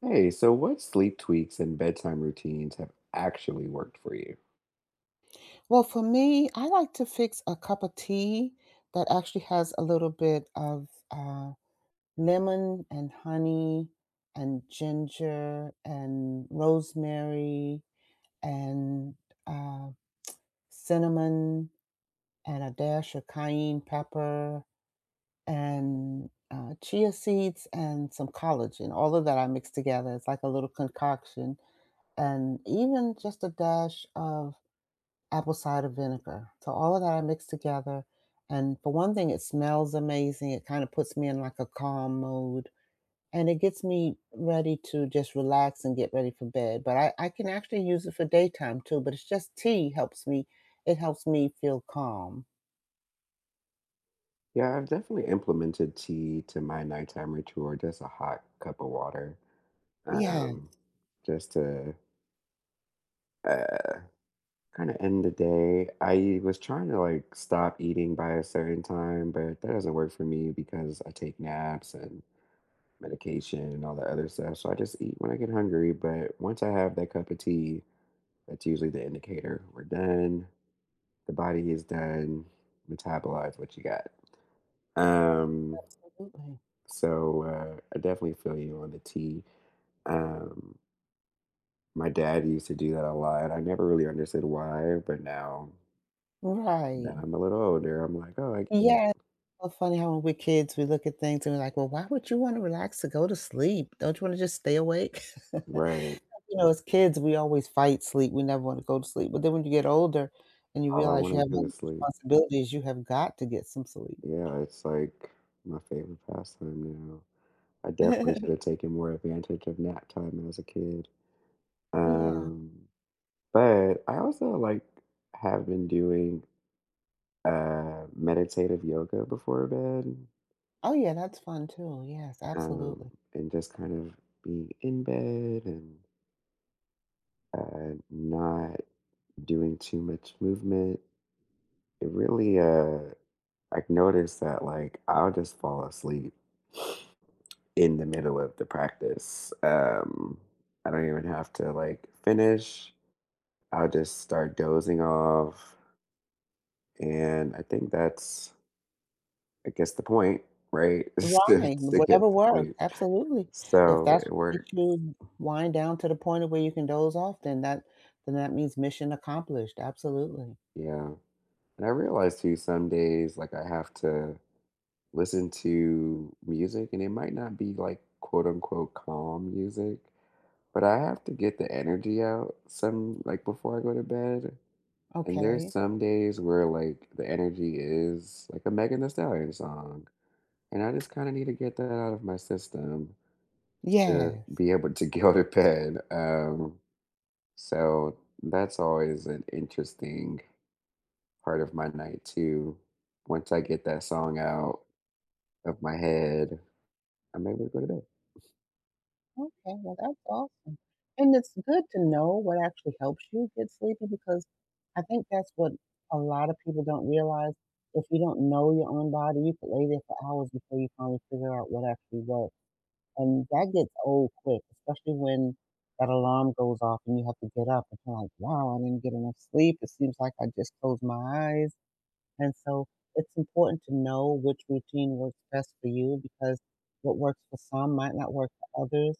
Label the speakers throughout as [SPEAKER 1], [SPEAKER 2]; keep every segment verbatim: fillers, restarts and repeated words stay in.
[SPEAKER 1] Hey, so what sleep tweaks and bedtime routines have actually worked for you?
[SPEAKER 2] Well, for me, I like to fix a cup of tea that actually has a little bit of uh, lemon and honey and ginger and rosemary and uh, cinnamon and a dash of cayenne pepper and uh, chia seeds and some collagen. All of that I mix together. It's like a little concoction. And even just a dash of apple cider vinegar. So all of that I mix together. And for one thing, it smells amazing. It kind of puts me in like a calm mode, and it gets me ready to just relax and get ready for bed. But I, I can actually use it for daytime too, but it's just tea helps me. It helps me feel calm.
[SPEAKER 1] Yeah, I've definitely implemented tea to my nighttime ritual, or just a hot cup of water,
[SPEAKER 2] Yes,
[SPEAKER 1] um, just to uh, kind of end the day. I was trying to like stop eating by a certain time, but that doesn't work for me because I take naps and medication and all the other stuff. So I just eat when I get hungry. But once I have that cup of tea, that's usually the indicator we're done. the body is done metabolize what you got. Um,
[SPEAKER 2] absolutely.
[SPEAKER 1] so uh, I definitely feel you on the tea. Um, my dad used to do that a lot. I never really understood why, but now that
[SPEAKER 2] Right.
[SPEAKER 1] I'm a little older, I'm like, oh, I get it.
[SPEAKER 2] Yes. So funny how when we're kids, we look at things and we're like, well, why would you want to relax to go to sleep? Don't you want to just stay awake?
[SPEAKER 1] Right.
[SPEAKER 2] You know, as kids, we always fight sleep, we never wanna go to sleep, but then when you get older and you
[SPEAKER 1] All I
[SPEAKER 2] realize you
[SPEAKER 1] want
[SPEAKER 2] have
[SPEAKER 1] to do
[SPEAKER 2] all
[SPEAKER 1] is
[SPEAKER 2] these
[SPEAKER 1] sleep.
[SPEAKER 2] responsibilities, you have got to get some sleep.
[SPEAKER 1] Yeah, it's like my favorite pastime now. I definitely should have taken more advantage of nap time as a kid.
[SPEAKER 2] Yeah.
[SPEAKER 1] Um, but I also like have been doing uh, meditative yoga before bed,
[SPEAKER 2] Oh, yeah, that's fun too, yes,
[SPEAKER 1] um,
[SPEAKER 2] absolutely.
[SPEAKER 1] and just kind of being in bed and uh, not doing too much movement. It really, uh, I noticed that like I'll just fall asleep in the middle of the practice. Um, I don't even have to like finish. I'll just start dozing off, and I think that's, I guess, the point, right? Is to
[SPEAKER 2] Wine,
[SPEAKER 1] to get
[SPEAKER 2] whatever
[SPEAKER 1] to
[SPEAKER 2] works,
[SPEAKER 1] sleep.
[SPEAKER 2] absolutely. If
[SPEAKER 1] So
[SPEAKER 2] that's
[SPEAKER 1] it
[SPEAKER 2] what
[SPEAKER 1] works.
[SPEAKER 2] makes you wind down to the point of where you can doze off, then that then that means mission accomplished, absolutely.
[SPEAKER 1] Yeah, and I realize too some days, like, I have to listen to music, and it might not be, like, quote, unquote, "calm music," but I have to get the energy out some like, before I go to bed, and there's
[SPEAKER 2] Okay.
[SPEAKER 1] some days where, like, the energy is, like, a Megan Thee Stallion song, and I just kinda need to get that out of my system to
[SPEAKER 2] Yes.
[SPEAKER 1] be able to go to bed, um, so that's always an interesting part of my night too. Once I get that song out of my head, I'm able to go to bed.
[SPEAKER 2] Okay, well, that's awesome. And it's good to know what actually helps you get sleepy, because I think that's what a lot of people don't realize. If you don't know your own body, you could lay there for hours before you finally figure out what actually works. And that gets old quick, especially when that alarm goes off and you have to get up and you're like, wow, I didn't get enough sleep. It seems like I just closed my eyes. And so it's important to know which routine works best for you, because what works for some might not work for others.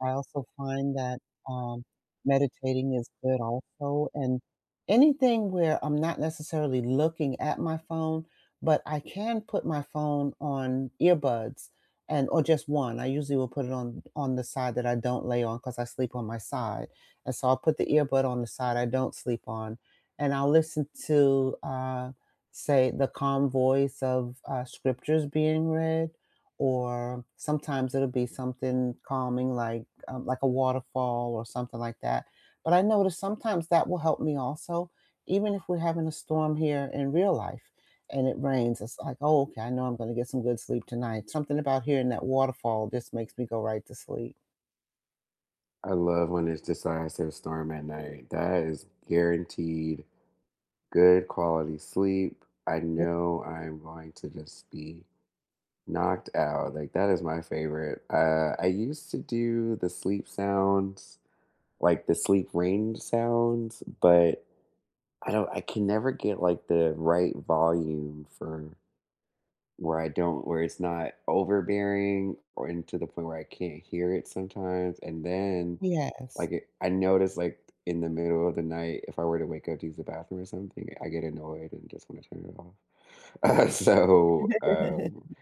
[SPEAKER 2] I also find that um, meditating is good also. And anything where I'm not necessarily looking at my phone, but I can put my phone on earbuds and or just one. I usually will put it on on the side that I don't lay on because I sleep on my side. And so I'll put the earbud on the side I don't sleep on, and I'll listen to uh say the calm voice of uh, scriptures being read, or sometimes it'll be something calming like um, like a waterfall or something like that. But I notice sometimes that will help me also, even if we're having a storm here in real life and it rains. It's like, oh, okay, I know I'm going to get some good sleep tonight. Something about hearing that waterfall just makes me go right to sleep.
[SPEAKER 1] I love when it decides to storm at night. That is guaranteed good quality sleep. I know I'm going to just be knocked out. Like that is my favorite. Uh, I used to do the sleep sounds, like the sleep rain sounds, but I don't. I can never get like the right volume for Where I don't where it's not overbearing or and to the point where I can't hear it sometimes, and then,
[SPEAKER 2] Yes.
[SPEAKER 1] like, it I notice, like, in the middle of the night, if I were to wake up to use the bathroom or something, I get annoyed and just wanna turn it off. Uh, so, um,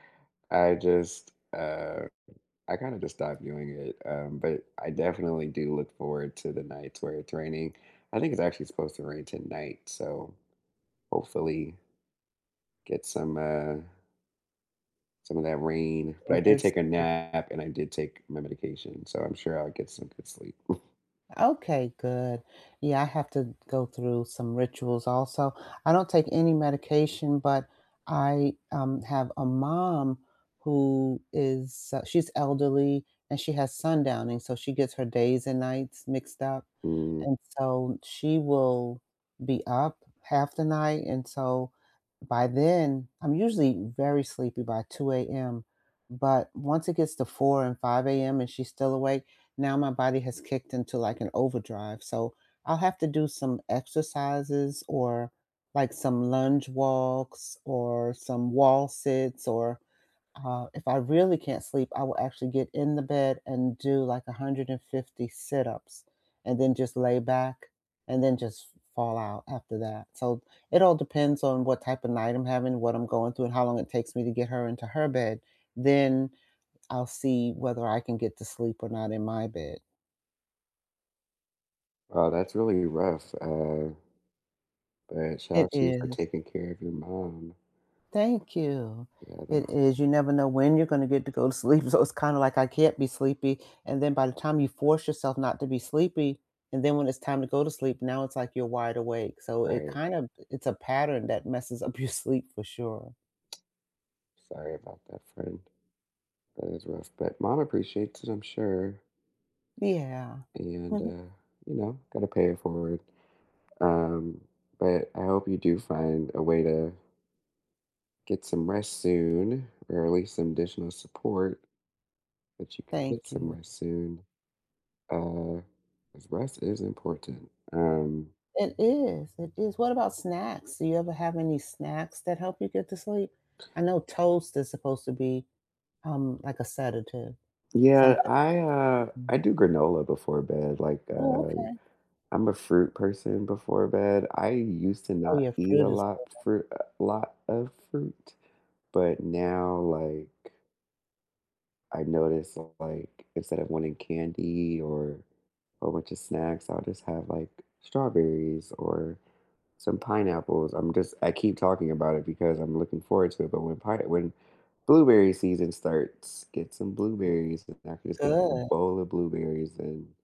[SPEAKER 1] I just, uh I kinda just stopped doing it, um, but I definitely do look forward to the nights where it's raining. I think it's actually supposed to rain tonight, so hopefully get some, uh some of that rain. But
[SPEAKER 2] Some
[SPEAKER 1] I did
[SPEAKER 2] good
[SPEAKER 1] take a
[SPEAKER 2] sleep.
[SPEAKER 1] nap and I did take my medication, so I'm sure I'll get some good sleep.
[SPEAKER 2] Okay, good. Yeah, I have to go through some rituals also. I don't take any medication, but I um, have a mom who is, uh, she's elderly, and she has sundowning. So she gets her days and nights mixed up.
[SPEAKER 1] Mm.
[SPEAKER 2] And so she will be up half the night. And so by then, I'm usually very sleepy by two a m. But once it gets to four and five a m and she's still awake, now my body has kicked into like an overdrive. So I'll have to do some exercises, or like some lunge walks or some wall sits. Or uh, if I really can't sleep, I will actually get in the bed and do like one hundred fifty sit ups and then just lay back and then just fall out after that. So it all depends on what type of night I'm having, what I'm going through, and how long it takes me to get her into her bed. Then I'll see whether I can get to sleep or not in my bed.
[SPEAKER 1] Wow, that's really rough. Uh, but shout out
[SPEAKER 2] It
[SPEAKER 1] to you for
[SPEAKER 2] is.
[SPEAKER 1] taking care of your mom.
[SPEAKER 2] Thank you.
[SPEAKER 1] Yeah,
[SPEAKER 2] It
[SPEAKER 1] that's
[SPEAKER 2] is. You never know when you're gonna get to go to sleep, so it's kinda like, "I can't be sleepy," and then by the time you force yourself not to be sleepy, and then when it's time to go to sleep, now it's like you're wide awake, so it
[SPEAKER 1] right.
[SPEAKER 2] kind of it's a pattern that messes up your sleep for sure.
[SPEAKER 1] Sorry about that, friend. That is rough, but mom appreciates it, I'm sure.
[SPEAKER 2] Yeah.
[SPEAKER 1] And uh, you know, gotta pay it forward. Um, but I hope you do find a way to get some rest soon, or at least some additional support that you could get
[SPEAKER 2] Thank
[SPEAKER 1] some
[SPEAKER 2] you.
[SPEAKER 1] rest soon. Uh, 'Cause rest is important. Um,
[SPEAKER 2] It is, it is. What about snacks? Do you ever have any snacks that help you get to sleep? I know toast is supposed to be, um, like a sedative,
[SPEAKER 1] yeah,
[SPEAKER 2] something.
[SPEAKER 1] I, uh, I
[SPEAKER 2] Mm.
[SPEAKER 1] do granola before bed, like,
[SPEAKER 2] Oh,
[SPEAKER 1] uh,
[SPEAKER 2] okay.
[SPEAKER 1] I'm a fruit person before bed. I used to
[SPEAKER 2] Oh,
[SPEAKER 1] not
[SPEAKER 2] your
[SPEAKER 1] eat
[SPEAKER 2] fruit
[SPEAKER 1] a
[SPEAKER 2] is so
[SPEAKER 1] lot fruit a lot of fruit, but now, like, I notice, like, instead of wanting candy or a whole bunch of snacks, I'll just have, like, strawberries or some pineapples. I'm just I keep talking about it because I'm looking forward to it. But when pine when blueberry season starts, get some blueberries, and I can just get like a
[SPEAKER 2] good.
[SPEAKER 1] bowl of blueberries and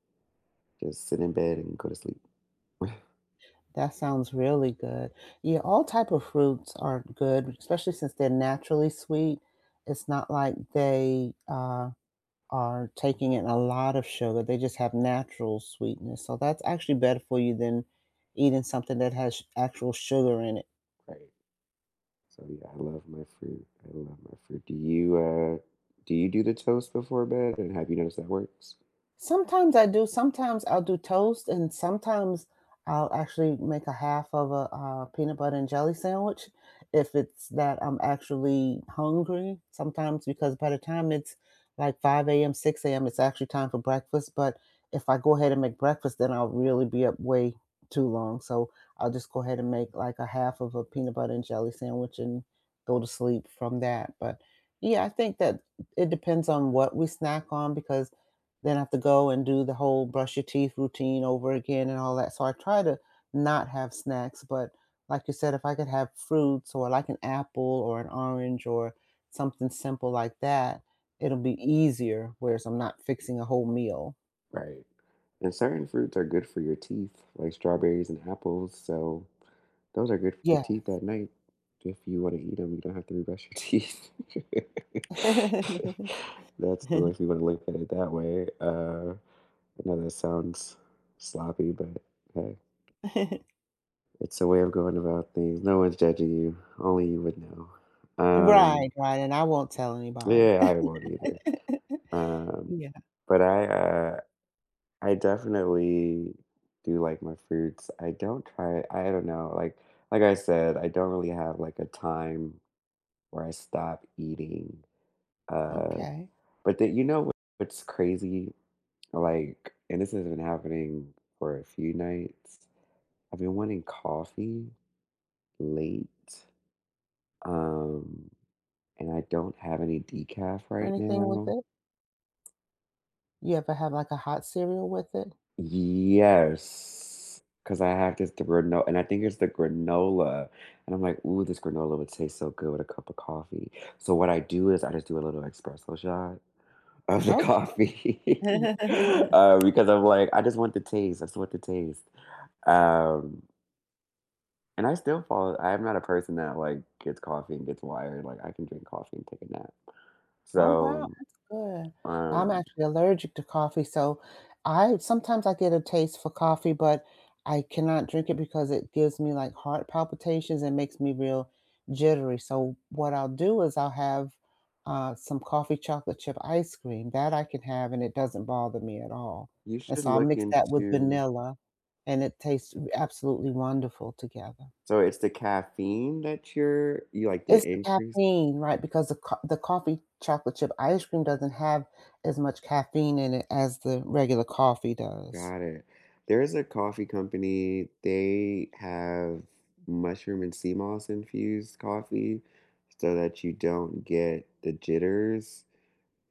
[SPEAKER 1] just sit in bed and go to sleep. Right.
[SPEAKER 2] That sounds really good. Yeah, all type of fruits are good, especially since they're naturally sweet. It's not like they, uh, are taking in a lot of sugar, they just have natural sweetness, so that's actually better for you than eating something that has actual sugar in it.
[SPEAKER 1] So yeah, I love my fruit. I love my fruit. Do you uh do you do the toast before bed? And have you noticed that works?
[SPEAKER 2] Sometimes I do. Sometimes I'll do toast, and sometimes I'll actually make a half of a, uh, peanut butter and jelly sandwich if it's that I'm actually hungry. Sometimes because by the time it's like five a m, six a m, it's actually time for breakfast, but if I go ahead and make breakfast, then I'll really be up way too long, so I'll just go ahead and make, like, a half of a peanut butter and jelly sandwich and go to sleep from that. But, yeah, I think that it depends on what we snack on, because then I have to go and do the whole brush your teeth routine over again and all that. So I try to not have snacks, but like you said, if I could have fruits or like an apple or an orange or something simple like that, it'll be easier. Whereas I'm not fixing a whole meal.
[SPEAKER 1] Right. And certain fruits are good for your teeth, like strawberries and apples. So those are good for your
[SPEAKER 2] Yeah.
[SPEAKER 1] teeth at night. If you wanna eat eat them, you don't have to brush your teeth. That's the way if you wanna look at it that way. Uh, I know that sounds sloppy, but hey, it's a way of going about things. No one's judging you, only you would know.
[SPEAKER 2] Right,
[SPEAKER 1] Um,
[SPEAKER 2] right. And I won't tell anybody.
[SPEAKER 1] yeah, I won't either. Um,
[SPEAKER 2] Yeah.
[SPEAKER 1] but I, uh, I definitely do like my fruits. I don't try I don't know, like like I said, I don't really have, like, a time where I stop eating. Uh,
[SPEAKER 2] Okay.
[SPEAKER 1] but that you know what- what's crazy? Like, and this has been happening for a few nights. I've been wanting coffee late, um, and I don't have any decaf right
[SPEAKER 2] Anything with
[SPEAKER 1] now.
[SPEAKER 2] it? You ever have like a hot cereal with it?
[SPEAKER 1] Yes, because I have this granola, and I think it's the granola. And I'm like, ooh, this granola would taste so good with a cup of coffee. So what I do is I just do a little espresso shot of the
[SPEAKER 2] Okay.
[SPEAKER 1] coffee uh, because I'm like, I just want the taste. I just want the taste. Um, and I still fall. I'm not a person that like gets coffee and gets wired. Like I can drink coffee and take a nap.
[SPEAKER 2] Oh, wow,
[SPEAKER 1] So
[SPEAKER 2] that's good. I'm
[SPEAKER 1] um,
[SPEAKER 2] actually allergic to coffee, so I sometimes I get a taste for coffee, but I cannot drink it because it gives me, like, heart palpitations and makes me real jittery, so what I'll do is I'll have, uh, some coffee chocolate chip ice cream, that I can have, and it doesn't bother me at all,
[SPEAKER 1] you
[SPEAKER 2] and
[SPEAKER 1] should
[SPEAKER 2] so I'll
[SPEAKER 1] look
[SPEAKER 2] mix that with
[SPEAKER 1] into.
[SPEAKER 2] vanilla, and it tastes absolutely wonderful together.
[SPEAKER 1] So it's the caffeine that you're you like the
[SPEAKER 2] It's the
[SPEAKER 1] increase.
[SPEAKER 2] caffeine, right, because the co the coffee chocolate chip ice cream doesn't have as much caffeine in it as the regular coffee does.
[SPEAKER 1] Got it. There's a coffee company. They have mushroom and sea moss infused coffee, so that you don't get the jitters.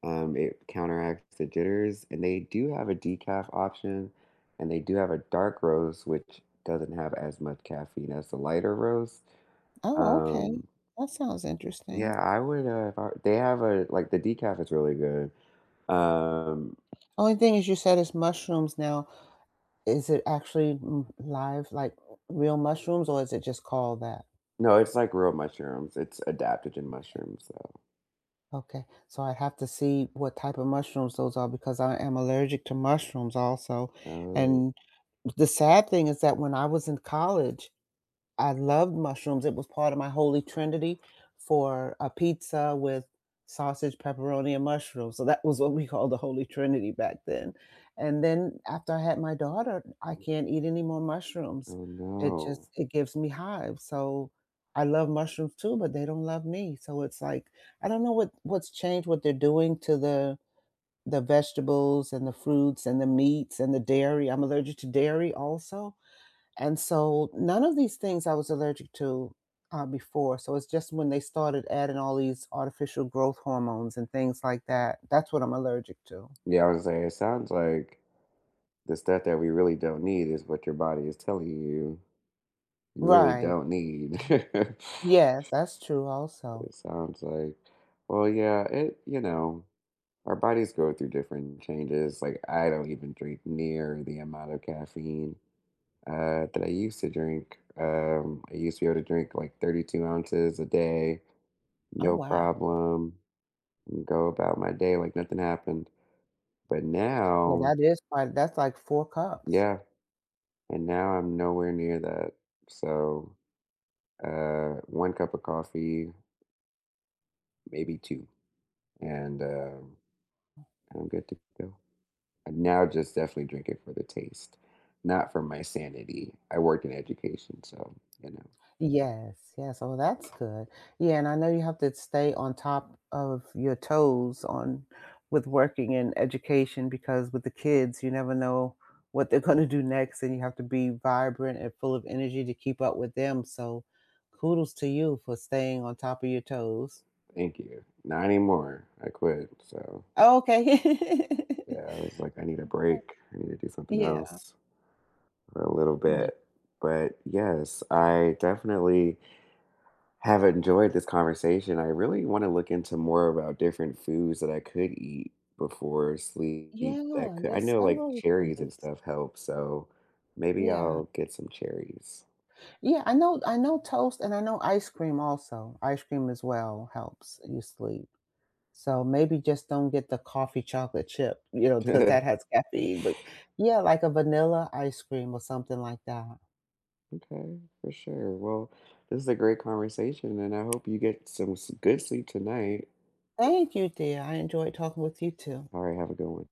[SPEAKER 1] Um, it counteracts the jitters, and they do have a decaf option, and they do have a dark roast, which doesn't have as much caffeine as the lighter roast.
[SPEAKER 2] Oh, okay.
[SPEAKER 1] Um,
[SPEAKER 2] That sounds interesting.
[SPEAKER 1] yeah, I would, uh, if I they have a like, the decaf is really good. Um,
[SPEAKER 2] Only thing is you said it's mushrooms now. Is it actually m live, like, real mushrooms, or is it just called that?
[SPEAKER 1] no, it's like real mushrooms. It's adaptogen mushrooms, so
[SPEAKER 2] Okay, so I have to see what type of mushrooms those are because I am allergic to mushrooms also.
[SPEAKER 1] oh,
[SPEAKER 2] And the sad thing is that when I was in college, I loved mushrooms. It was part of my holy trinity for a pizza with sausage, pepperoni, and mushrooms. So that was what we called the holy trinity back then. And then after I had my daughter, I can't eat any more mushrooms.
[SPEAKER 1] oh,
[SPEAKER 2] It
[SPEAKER 1] no.
[SPEAKER 2] just it gives me hives. So I love mushrooms too, but they don't love me. So it's like I don't know what what's changed, what they're doing to the the vegetables and the fruits and the meats and the dairy. I'm allergic to dairy also, and so none of these things I was allergic to uh, before. So it's just when they started adding all these artificial growth hormones and things like that, that's what I'm allergic to.
[SPEAKER 1] Yeah, I was gonna say, it sounds like the stuff that we really don't need is what your body is telling you you really
[SPEAKER 2] Right.
[SPEAKER 1] don't need.
[SPEAKER 2] Yes, that's true also.
[SPEAKER 1] It sounds like well, yeah, it you know, our bodies go through different changes. Like, I don't even drink near the amount of caffeine uh, that I used to drink. Um, I used to be able to drink like thirty-two ounces a day,
[SPEAKER 2] Oh,
[SPEAKER 1] no
[SPEAKER 2] wow.
[SPEAKER 1] problem, and go about my day like nothing happened. But
[SPEAKER 2] Yeah,
[SPEAKER 1] now,
[SPEAKER 2] that is quite, that's like four cups.
[SPEAKER 1] yeah, and now I'm nowhere near that. So, uh, one cup of coffee, maybe two, and um, I'm good to go. I'm now just definitely drinking for the taste, not for my sanity. I worked in education, so you know.
[SPEAKER 2] Yes, yes. Oh, that's good. Yeah, and I know you have to stay on top of your toes on with working in education, because with the kids, you never know what they're going to do next, and you have to be vibrant and full of energy to keep up with them. So, kudos to you for staying on top of your toes.
[SPEAKER 1] Thank you. Not anymore. I quit. So
[SPEAKER 2] Oh, okay.
[SPEAKER 1] yeah, I was like, I need a
[SPEAKER 2] Okay.
[SPEAKER 1] break. I need to do something
[SPEAKER 2] Yeah.
[SPEAKER 1] else for a little
[SPEAKER 2] Ye
[SPEAKER 1] bit. But yes, I definitely have enjoyed this conversation. I really want to look into more about different foods that I could eat before sleep. That
[SPEAKER 2] yeah,
[SPEAKER 1] could, I
[SPEAKER 2] there's
[SPEAKER 1] know like
[SPEAKER 2] several
[SPEAKER 1] cherries and
[SPEAKER 2] foods.
[SPEAKER 1] stuff help, so maybe
[SPEAKER 2] Yeah.
[SPEAKER 1] I'll get some cherries.
[SPEAKER 2] Yeah, I know, I know toast and I know ice cream also. Ice cream as well helps you sleep. So maybe just don't get the coffee chocolate chip, you know, because that has caffeine. But yeah, like a vanilla ice cream or something like that.
[SPEAKER 1] Okay, for sure. Well, this is a great conversation, and I hope you get some s- good sleep tonight.
[SPEAKER 2] Thank you, dear. I enjoyed talking with you too.
[SPEAKER 1] All right, have a good one.